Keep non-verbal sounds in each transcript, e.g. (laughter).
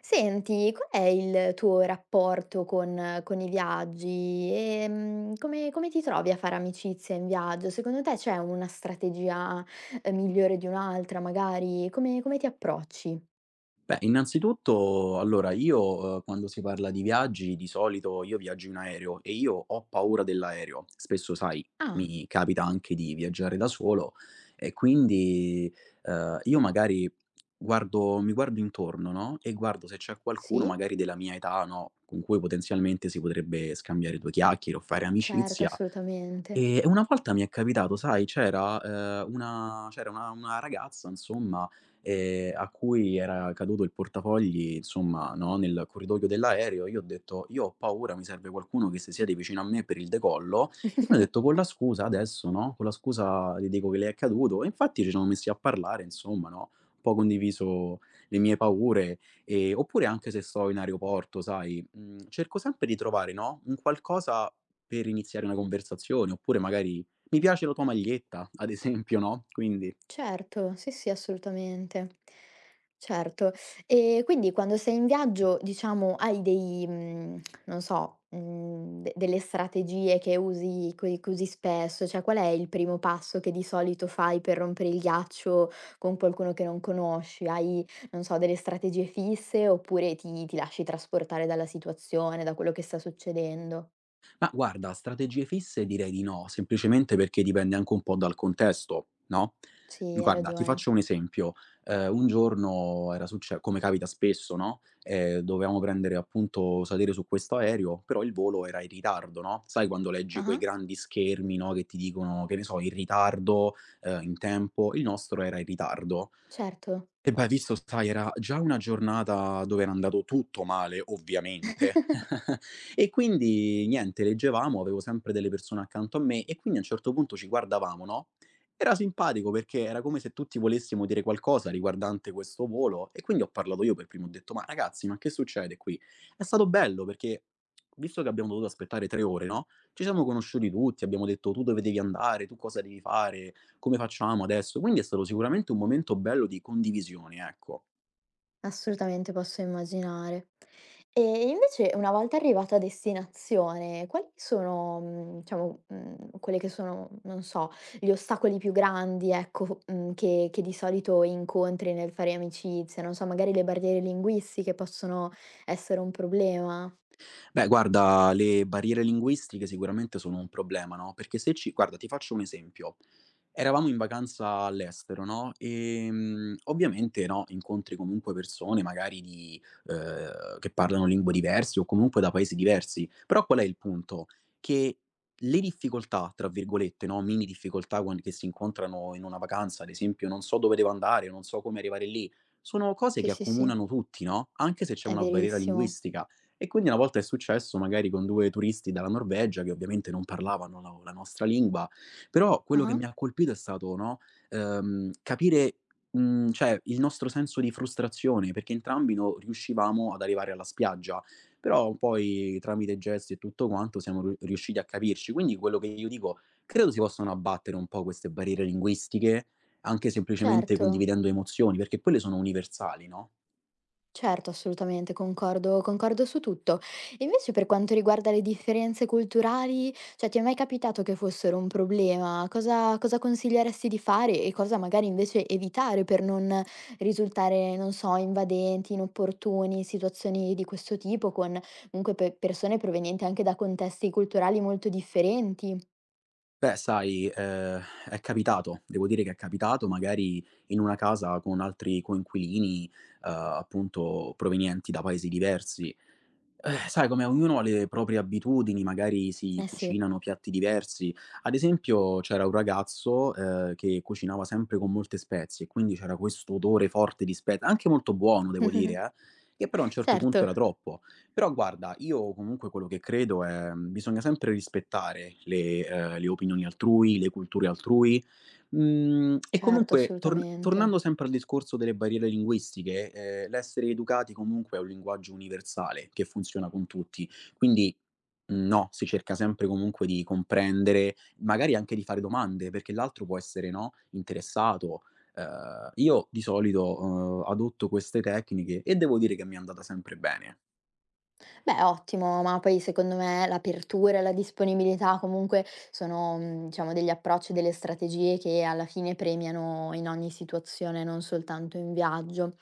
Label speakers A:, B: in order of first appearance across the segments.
A: Senti, qual è il tuo rapporto con i viaggi? Come ti trovi a fare amicizia in viaggio? Secondo te c'è una strategia, migliore di un'altra magari? Come ti approcci?
B: Beh, innanzitutto, allora io, quando si parla di viaggi, di solito io viaggio in aereo e io ho paura dell'aereo. Spesso, sai,
A: Ah,
B: mi capita anche di viaggiare da solo e quindi, io magari guardo mi guardo intorno, no, e guardo se c'è qualcuno
A: sì,
B: magari della mia età, no, con cui potenzialmente si potrebbe scambiare 2 chiacchiere o fare
A: certo,
B: amicizia.
A: assolutamente.
B: E una volta mi è capitato, sai, c'era una ragazza insomma, a cui era caduto il portafogli insomma, no, nel corridoio dell'aereo. Io ho detto: "Io ho paura, mi serve qualcuno che si siede vicino a me per il decollo". E mi ha detto:
A: (laughs)
B: "Con la scusa adesso, no, con la scusa le dico che le è accaduto". E infatti ci siamo messi a parlare insomma, no, un po' condiviso le mie paure, oppure anche se sto in aeroporto, sai, cerco sempre di trovare, no, un qualcosa per iniziare una conversazione, oppure magari: "Mi piace la tua maglietta", ad esempio, no, quindi
A: Certo, sì, sì, assolutamente. Certo. E quindi quando sei in viaggio, diciamo, hai dei, mhmm, non so, mhmm, de delle strategie che usi spesso? Cioè, qual è il primo passo che di solito fai per rompere il ghiaccio con qualcuno che non conosci? Hai, non so, delle strategie fisse oppure ti lasci trasportare dalla situazione, da quello che sta succedendo?
B: ma guarda, strategie fisse direi di no, semplicemente perché dipende anche un po' dal contesto, no,
A: Sì, hai
B: guarda, ti
A: ragione.
B: faccio un esempio: un giorno era succe come capita spesso, no, dovevamo prendere appunto salire su questo aereo, però il volo era in ritardo, no, sai quando leggi quei
A: Ah-ah,
B: grandi schermi, no, che ti dicono, che ne so, in ritardo, in tempo, il nostro era in ritardo.
A: certo.
B: E beh, visto sai, era già una giornata dove era andato tutto male, ovviamente.
A: (laughs)
B: (laughs) E quindi niente, leggevamo, avevo sempre delle persone accanto a me e quindi a un certo punto ci guardavamo, no, era simpatico perché era come se tutti volessimo dire qualcosa riguardante questo volo e quindi ho parlato io per primo, ho detto: "Ma ragazzi, ma che succede qui?" È stato bello perché, visto che abbiamo dovuto aspettare 3 ore, no, ci siamo conosciuti tutti, abbiamo detto: "Tu dove devi andare, tu cosa devi fare? Come facciamo adesso?" Quindi è stato sicuramente un momento bello di condivisione, ecco.
A: Assolutamente, posso immaginare. E invece una volta arrivata a destinazione, quali sono, mhmm, diciamo, mhmm, quelle che sono, non so, gli ostacoli più grandi, ecco, mhmm, che di solito incontri nel fare amicizia? Non so, magari le barriere linguistiche possono essere un problema.
B: Beh, guarda, le barriere linguistiche sicuramente sono un problema, no, perché se ci guarda, ti faccio un esempio. Eravamo in vacanza all'estero, no, ovviamente, no, incontri comunque persone magari di che parlano lingue diverse o comunque da paesi diversi, però qual è il punto? Che le difficoltà, tra virgolette, no, "mini difficoltà" quan che si incontrano in una vacanza, ad esempio: "Non so dove devo andare, non so come arrivare lì", sono cose
A: Sì,
B: che
A: sì, sì,
B: accomunano tutti, no, anche se c'è
A: è
B: una barriera
A: verissimo.
B: linguistica. E quindi una volta è successo magari con 2 turisti dalla Norvegia, che ovviamente non parlavano la nostra lingua, però quello che
A: Ah-ah,
B: mi ha colpito è stato, no, capire, cioè il nostro senso di frustrazione, perché entrambi non riuscivamo ad arrivare alla spiaggia, però poi tramite gesti e tutto quanto siamo riu riusciti a capirci. Quindi quello che io dico, credo si possano abbattere un po' queste barriere linguistiche, anche semplicemente
A: certo.
B: condividendo emozioni, perché quelle sono universali, no?
A: Certo, assolutamente, concordo su tutto. E invece per quanto riguarda le differenze culturali, cioè ti è mai capitato che fossero un problema? Cosa consiglieresti di fare e cosa magari invece evitare per non risultare, non so, invadenti, inopportuni, situazioni di questo tipo con comunque pe persone provenienti anche da contesti culturali molto differenti?
B: Beh, sai, è capitato, devo dire che è capitato magari in una casa con altri coinquilini, appunto provenienti da paesi diversi. Sai com'è, ognuno ha le proprie abitudini, magari si
A: Eh sì,
B: cucinano piatti diversi. Ad esempio c'era un ragazzo, che cucinava sempre con molte spezie e quindi c'era questo odore forte di spez anche molto buono devo dire,
A: (laughs)
B: che però a un certo punto
A: certo,
B: era troppo. Però guarda, io comunque quello che credo è, bisogna sempre rispettare le opinioni altrui, le culture altrui. E
A: certo,
B: comunque tornando
A: assolutamente.
B: sempre al discorso delle barriere linguistiche, l'essere educati comunque è un linguaggio universale che funziona con tutti, quindi no, si cerca sempre comunque di comprendere, magari anche di fare domande, perché l'altro può essere, no, interessato. Io di solito, adotto queste tecniche e devo dire che mi è andata sempre bene.
A: Beh, ottimo, ma poi secondo me l'apertura e la disponibilità comunque sono, mhmm, diciamo degli approcci, delle strategie che alla fine premiano in ogni situazione, non soltanto in viaggio.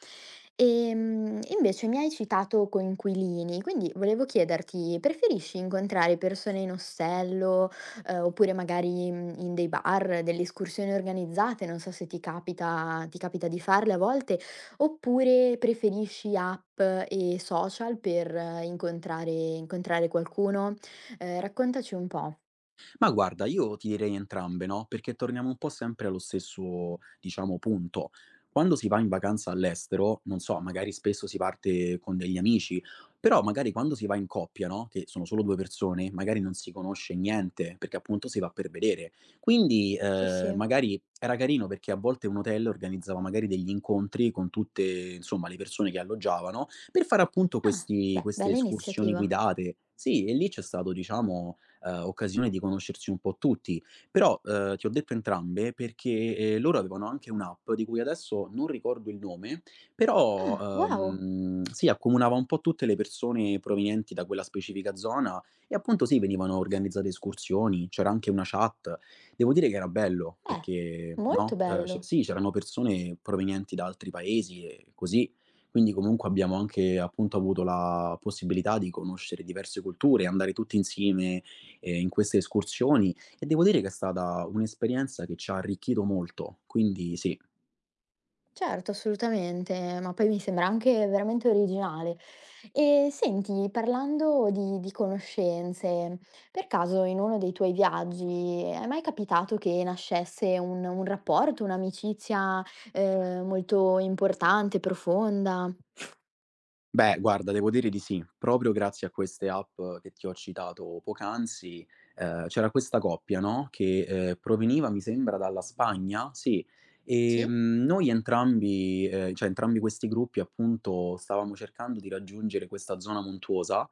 A: Invece mi hai citato coinquilini, quindi volevo chiederti, preferisci incontrare persone in ostello, oppure magari, mhmm, in dei bar, delle escursioni organizzate, non so se ti capita di farle a volte, oppure preferisci app e social per incontrare qualcuno? Raccontaci un po'.
B: Ma guarda, io ti direi entrambe, no, perché torniamo un po' sempre allo stesso, diciamo, punto. Quando si va in vacanza all'estero, non so, magari spesso si parte con degli amici, però magari quando si va in coppia, no, che sono solo 2 persone, magari non si conosce niente, perché appunto si va per vedere. Quindi,
A: Sì, sì.
B: magari era carino perché a volte un hotel organizzava magari degli incontri con tutte, insomma, le persone che alloggiavano, per fare appunto
A: Ah,
B: questi
A: beh,
B: queste
A: bella
B: escursioni
A: iniziativa.
B: guidate. Sì, e lì c'è stato, diciamo, occasione di conoscerci un po' tutti. Però, ti ho detto entrambe perché, loro avevano anche un'app di cui adesso non ricordo il nome,
A: Ah,
B: però,
A: wow,
B: sì, accomunava un po' tutte le persone provenienti da quella specifica zona e appunto sì, venivano organizzate escursioni, c'era anche una chat. Devo dire che era bello
A: beh,
B: perché,
A: molto
B: no, c
A: bello.
B: sì, c'erano persone provenienti da altri paesi e così, quindi comunque abbiamo anche appunto avuto la possibilità di conoscere diverse culture, andare tutti insieme in queste escursioni e devo dire che è stata un'esperienza che ci ha arricchito molto, quindi sì.
A: Certo, assolutamente, ma poi mi sembra anche veramente originale. E senti, parlando di conoscenze, per caso in uno dei tuoi viaggi è mai capitato che nascesse un rapporto, un'amicizia, molto importante, profonda?
B: Beh, guarda, devo dire di sì. Proprio grazie a queste app che ti ho citato poc'anzi, c'era questa coppia, no, che, proveniva mi sembra dalla Spagna, sì,
A: Sì?
B: noi entrambi cioè entrambi questi gruppi appunto stavamo cercando di raggiungere questa zona montuosa.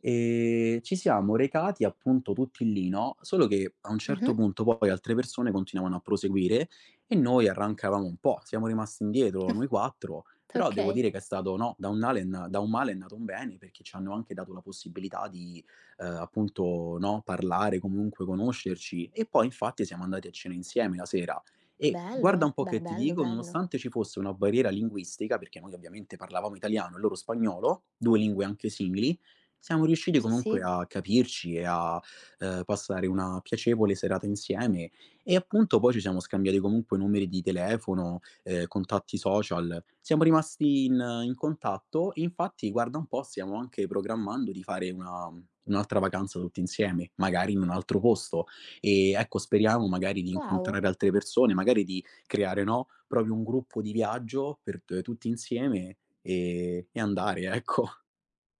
B: Ci siamo recati appunto tutti lì, no, solo che a un certo
A: Mh-mh.
B: punto poi altre persone continuavano a proseguire e noi arrancavamo un po'. Siamo rimasti indietro noi
A: (laughs)
B: 4, però devo
A: Okay.
B: dire che è stato, no, da un male è nato un bene, perché ci hanno anche dato la possibilità di, appunto, no, parlare, comunque conoscerci e poi infatti siamo andati a cena insieme la sera. E guarda
A: Bello,
B: un po'
A: beh
B: che ti
A: bello,
B: dico,
A: bello.
B: nonostante ci fosse una barriera linguistica, perché noi ovviamente parlavamo italiano e loro spagnolo, 2 lingue anche simili, siamo riusciti
A: Sì,
B: comunque
A: sì.
B: a capirci e a, passare una piacevole serata insieme e appunto poi ci siamo scambiati comunque numeri di telefono, contatti social. Siamo rimasti in contatto e infatti guarda un po' stiamo anche programmando di fare una un'altra vacanza tutti insieme, magari in un altro posto. E ecco, speriamo magari di
A: Wow.
B: incontrare altre persone, magari di creare, no, proprio un gruppo di viaggio per t tutti insieme e andare, ecco.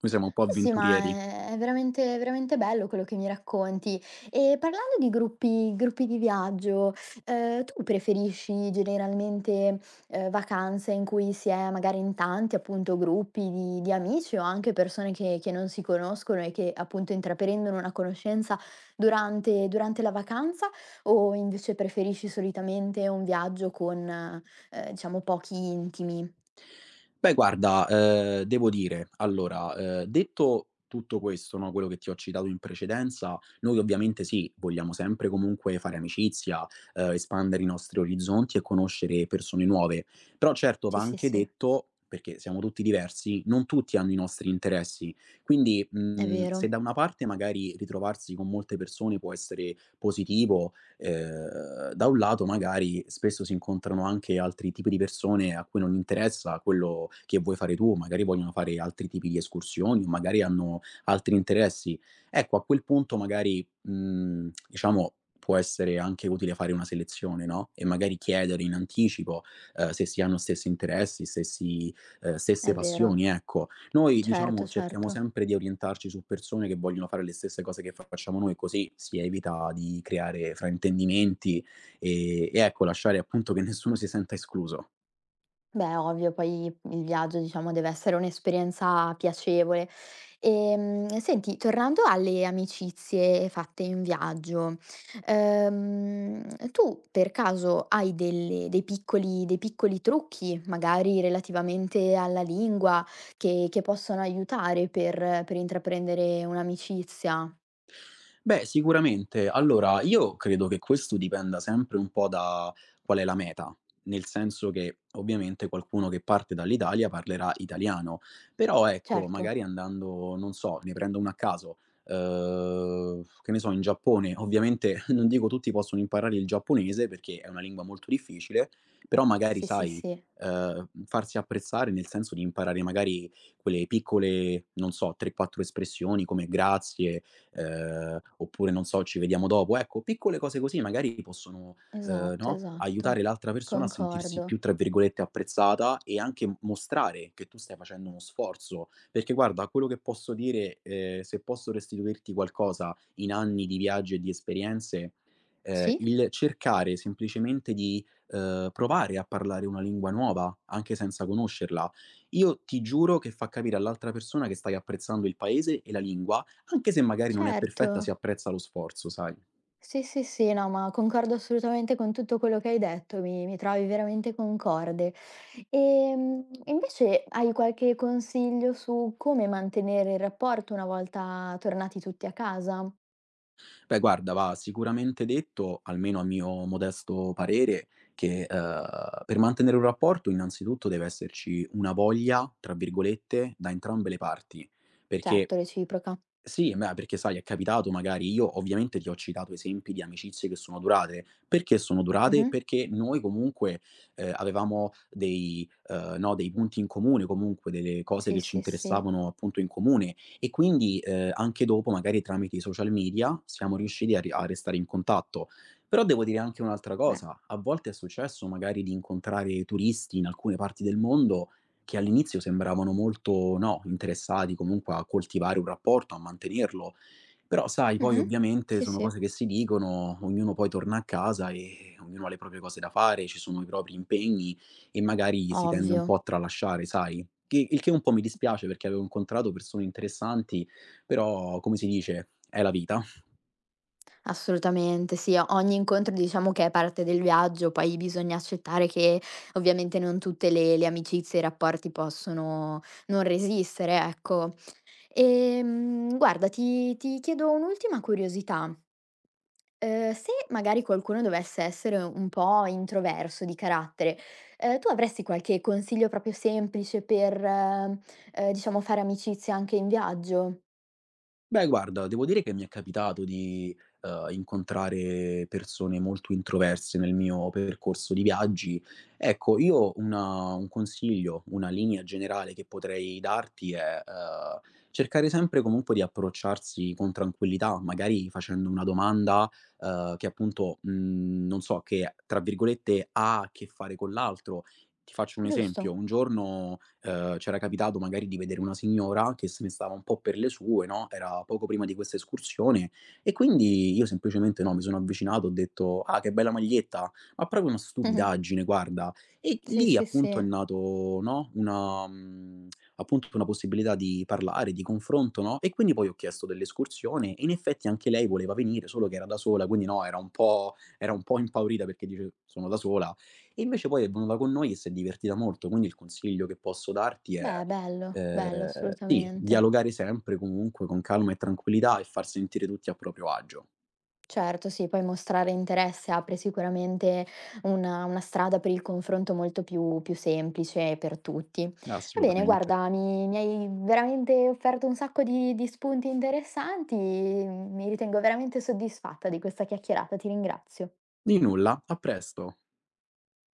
B: Noi siamo un po'
A: Sì, ma
B: avventurieri.
A: è veramente veramente bello quello che mi racconti. E parlando di gruppi di viaggio, tu preferisci generalmente, vacanze in cui si è magari in tanti, appunto, gruppi di amici o anche persone che non si conoscono e che, appunto, intraprendono una conoscenza durante la vacanza, o invece preferisci solitamente un viaggio con, diciamo pochi intimi?
B: Beh guarda, devo dire, allora, detto tutto questo, no, quello che ti ho citato in precedenza, noi ovviamente sì, vogliamo sempre comunque fare amicizia, espandere i nostri orizzonti e conoscere persone nuove, però certo
A: Sì,
B: va
A: sì,
B: anche
A: sì,
B: detto, perché siamo tutti diversi, non tutti hanno i nostri interessi. Quindi,
A: è
B: se
A: vero,
B: da una parte magari ritrovarsi con molte persone può essere positivo. Da un lato magari spesso si incontrano anche altri tipi di persone a cui non interessa quello che vuoi fare tu, magari vogliono fare altri tipi di escursioni o magari hanno altri interessi. Ecco, a quel punto magari, diciamo può essere anche utile fare una selezione, no, e magari chiedere in anticipo, se si hanno stessi interessi, stessi stesse
A: è vero.
B: passioni, ecco. Noi, diciamo,
A: Certo,
B: cerchiamo
A: certo.
B: sempre di orientarci su persone che vogliono fare le stesse cose che facciamo noi, così si evita di creare fraintendimenti e e ecco, lasciare appunto che nessuno si senta escluso.
A: Beh, ovvio, poi il viaggio diciamo deve essere un'esperienza piacevole. Senti, tornando alle amicizie fatte in viaggio, tu per caso hai delle dei piccoli trucchi, magari relativamente alla lingua, che possono aiutare per intraprendere un'amicizia?
B: Beh, sicuramente. Allora, io credo che questo dipenda sempre un po' da qual è la meta, nel senso che ovviamente qualcuno che parte dall'Italia parlerà italiano, però ecco,
A: Certo,
B: magari andando, non so, ne prendo uno a caso, che ne so, in Giappone, ovviamente (laughs) non dico tutti possono imparare il giapponese perché è una lingua molto difficile, però magari
A: sì, sì,
B: sai,
A: sì,
B: farsi apprezzare nel senso di imparare magari quelle piccole, non so, 3, 4 espressioni come grazie, oppure non so: "Ci vediamo dopo." Ecco, piccole cose così magari possono,
A: esatto,
B: no, aiutare
A: esatto,
B: l'altra persona a sentirsi
A: concordo.
B: più, tra virgolette, "apprezzata" e anche m mostrare che tu stai facendo uno sforzo. Perché guarda, quello che posso dire, se posso restituirti qualcosa in anni di viaggi e di esperienze,
A: Sì,
B: il cercare semplicemente di, provare a parlare una lingua nuova, anche senza conoscerla. Io ti giuro che fa capire all'altra persona che stai apprezzando il paese e la lingua anche se magari non è perfetta, si
A: certo.
B: apprezza lo sforzo, sai.
A: Sì, sì, sì, no, ma concordo assolutamente con tutto quello che hai detto, mi trovi veramente concorde. Invece hai qualche consiglio su come mantenere il rapporto una volta tornati tutti a casa?
B: Beh, guarda, va sicuramente detto, almeno a mio modesto parere, che, per mantenere un rapporto innanzitutto deve esserci una "voglia", tra virgolette, da entrambe le parti, perché
A: Certo, reciproca.
B: sì, beh, perché sai, è capitato magari io ovviamente ti ho citato esempi di amicizie che sono durate. Perché sono durate?
A: Mh-mh.
B: Perché noi comunque, avevamo dei, no, dei punti in comune, comunque delle cose
A: Sì,
B: che ci
A: sì, sì.
B: interessavano appunto in comune. E quindi, anche dopo, magari tramite i social media, siamo riusciti a restare in contatto. Però devo dire anche un'altra
A: Beh.
B: cosa: a volte è successo magari di incontrare turisti in alcune parti del mondo che all'inizio sembravano molto, no, interessati comunque a coltivare un rapporto, a mantenerlo, però sai, poi
A: Mh-mh.
B: ovviamente
A: Sì,
B: sono
A: sì.
B: cose che si dicono, ognuno poi torna a casa e ognuno ha le proprie cose da fare, ci sono i propri impegni e magari si tende un
A: Ovvio.
B: po' a tralasciare, sai? Il che un po' mi dispiace perché avevo incontrato persone interessanti, però come si dice, è la vita.
A: Assolutamente, sì, o ogni incontro diciamo che è parte del viaggio, poi bisogna accettare che ovviamente non tutte le amicizie e i rapporti possono non resistere, ecco. Guarda, ti chiedo un'ultima curiosità. Se magari qualcuno dovesse essere un po' introverso di carattere, tu avresti qualche consiglio proprio semplice per, diciamo fare amicizia anche in viaggio?
B: Beh, guarda, devo dire che mi è capitato di, incontrare persone molto introverse nel mio percorso di viaggi. Ecco, io una un consiglio, una linea generale che potrei darti è, cercare sempre comunque di approcciarsi con tranquillità, magari facendo una domanda, che appunto, non so, che tra virgolette "ha a che fare con l'altro", ti faccio un esempio:
A: Giusto?
B: un giorno, c'era capitato magari di vedere una signora che se ne stava un po' per le sue, no, era poco prima di questa escursione e quindi io semplicemente, no, mi sono avvicinato, ho detto: "Ah, che bella maglietta!" Ma proprio una
A: (laughs)
B: stupidaggine, guarda. E
A: Sì,
B: lì
A: sì,
B: appunto è
A: sì.
B: nato, no, una appunto una possibilità di parlare, di confronto, no, e quindi poi ho chiesto dell'escursione e in effetti anche lei voleva venire, solo che era da sola, quindi, no, era un po' impaurita perché dice: "Sono da sola", e invece poi è venuta con noi e s'è divertita molto, quindi il consiglio che posso darti è,
A: Beh, bello, bello
B: sì,
A: assolutamente.
B: dialogare sempre comunque con calma e tranquillità e far sentire tutti a proprio agio.
A: Certo, sì, poi mostrare interesse apre sicuramente una strada per il confronto molto più semplice per tutti. Va bene,
B: Assolutamente.
A: guarda, mi hai veramente offerto un sacco di spunti interessanti, mi ritengo veramente soddisfatta di questa chiacchierata, ti ringrazio.
B: Di nulla, a presto.